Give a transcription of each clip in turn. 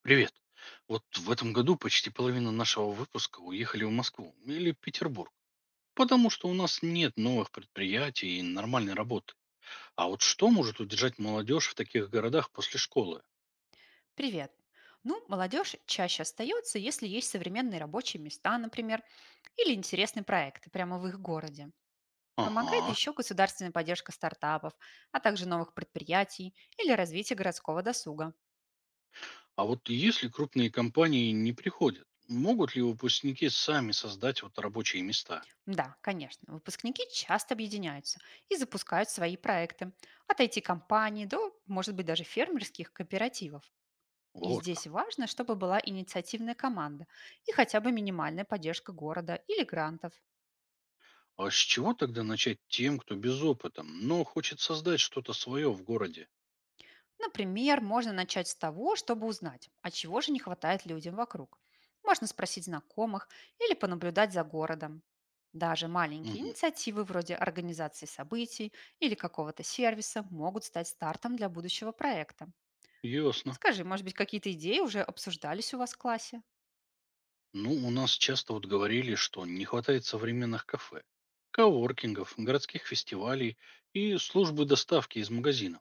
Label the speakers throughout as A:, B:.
A: Привет. Вот в этом году почти половина нашего выпуска уехали в Москву или Петербург, потому что у нас нет новых предприятий и нормальной работы. А вот что может удержать молодежь в таких городах после школы?
B: Привет. Ну, молодежь чаще остается, если есть современные рабочие места, например, или интересные проекты прямо в их городе. Помогает
A: Ага.
B: еще государственная поддержка стартапов, а также новых предприятий или развитие городского досуга.
A: А вот если крупные компании не приходят, могут ли выпускники сами создать вот рабочие места?
B: Да, конечно, выпускники часто объединяются и запускают свои проекты, от IT-компаний до, может быть, даже фермерских кооперативов. И
A: Вот
B: здесь
A: как.
B: важно, чтобы была инициативная команда и хотя бы минимальная поддержка города или грантов.
A: А с чего тогда начать тем, кто без опыта, но хочет создать что-то свое в городе?
B: Например, можно начать с того, чтобы узнать, а чего же не хватает людям вокруг. Можно спросить знакомых или понаблюдать за городом. Даже маленькие
A: Угу.
B: инициативы вроде организации событий или какого-то сервиса могут стать стартом для будущего проекта.
A: Ясно.
B: Скажи, может быть, какие-то идеи уже обсуждались у вас в классе?
A: Ну, у нас часто вот говорили, что не хватает современных кафе, коворкингов, городских фестивалей и службы доставки из магазинов.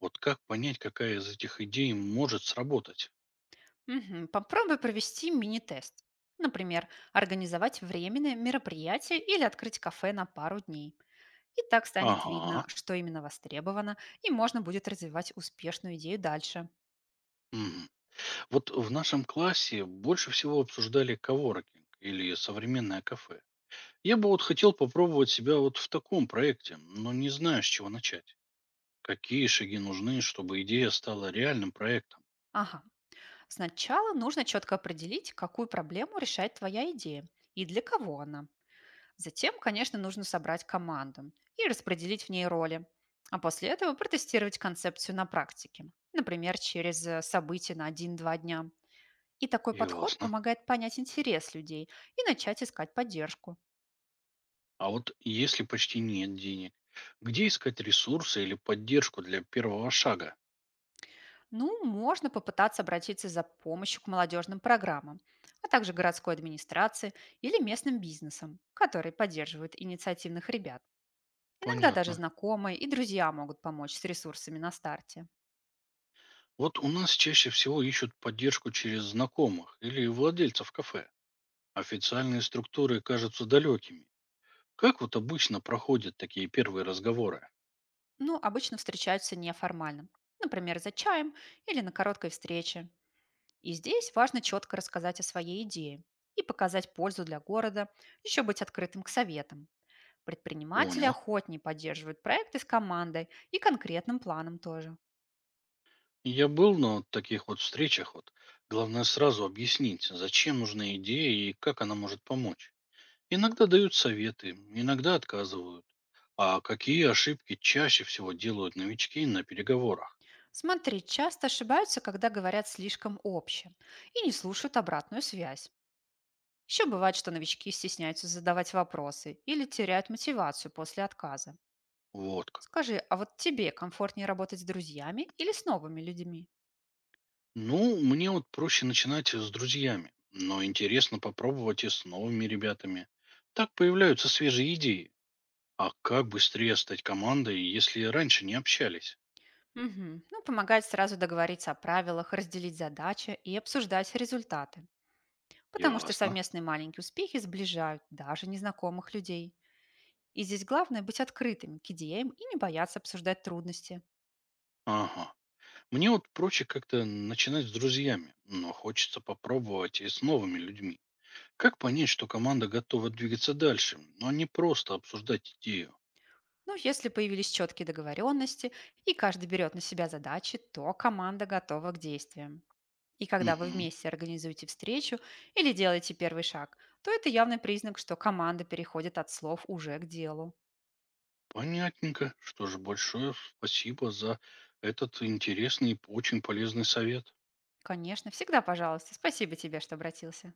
A: Вот как понять, какая из этих идей может сработать?
B: Мгм, попробуй провести мини-тест. Например, организовать временное мероприятие или открыть кафе на пару дней. И так станет видно,
A: Ага.
B: что именно востребовано, и можно будет развивать успешную идею дальше.
A: Мгм. Вот в нашем классе больше всего обсуждали коворкинг или современное кафе. Я бы вот хотел попробовать себя вот в таком проекте, но не знаю, с чего начать. Какие шаги нужны, чтобы идея стала реальным проектом?
B: Ага. Сначала нужно четко определить, какую проблему решает твоя идея и для кого она. Затем, конечно, нужно собрать команду и распределить в ней роли. А после этого протестировать концепцию на практике. Например, через события на один-два дня. И такой подход
A: Ясно.
B: помогает понять интерес людей и начать искать поддержку.
A: А вот если почти нет денег, где искать ресурсы или поддержку для первого шага?
B: Ну, можно попытаться обратиться за помощью к молодежным программам, а также городской администрации или местным бизнесам, которые поддерживают инициативных ребят. Иногда даже
A: Понятно.
B: знакомые и друзья могут помочь с ресурсами на старте.
A: Вот у нас чаще всего ищут поддержку через знакомых или владельцев кафе. Официальные структуры кажутся далекими. Как вот обычно проходят такие первые разговоры?
B: Ну, обычно встречаются неформально, например, за чаем или на короткой встрече. И здесь важно четко рассказать о своей идее и показать пользу для города, еще быть открытым к советам. Предприниматели
A: Понял.
B: охотнее поддерживают проекты с командой и конкретным планом тоже.
A: Я был на вот таких вот встречах. Вот. Главное сразу объяснить, зачем нужна идея и как она может помочь. Иногда дают советы, иногда отказывают. А какие ошибки чаще всего делают новички на переговорах?
B: Смотри, часто ошибаются, когда говорят слишком общим и не слушают обратную связь. Еще бывает, что новички стесняются задавать вопросы или теряют мотивацию после отказа.
A: Вот как.
B: Скажи, а вот тебе комфортнее работать с друзьями или с новыми людьми?
A: Ну, мне вот проще начинать с друзьями, но интересно попробовать и с новыми ребятами. Так появляются свежие идеи. А как быстрее стать командой, если раньше не общались?
B: Мгм. Ну, помогает сразу договориться о правилах, разделить задачи и обсуждать результаты. Потому что
A: Ясно.
B: совместные маленькие успехи сближают даже незнакомых людей. И здесь главное быть открытым к идеям и не бояться обсуждать трудности.
A: Ага. Мне вот проще как-то начинать с друзьями, но хочется попробовать и с новыми людьми. Как понять, что команда готова двигаться дальше, но не просто обсуждать идею?
B: Но если появились четкие договоренности и каждый берет на себя задачи, то команда готова к действиям. И когда вы
A: Угу.
B: вместе организуете встречу или делаете первый шаг, то это явный признак, что команда переходит от слов уже к делу.
A: Понятненько. Что ж, большое спасибо за этот интересный и очень полезный совет.
B: Конечно, всегда пожалуйста. Спасибо тебе, что обратился.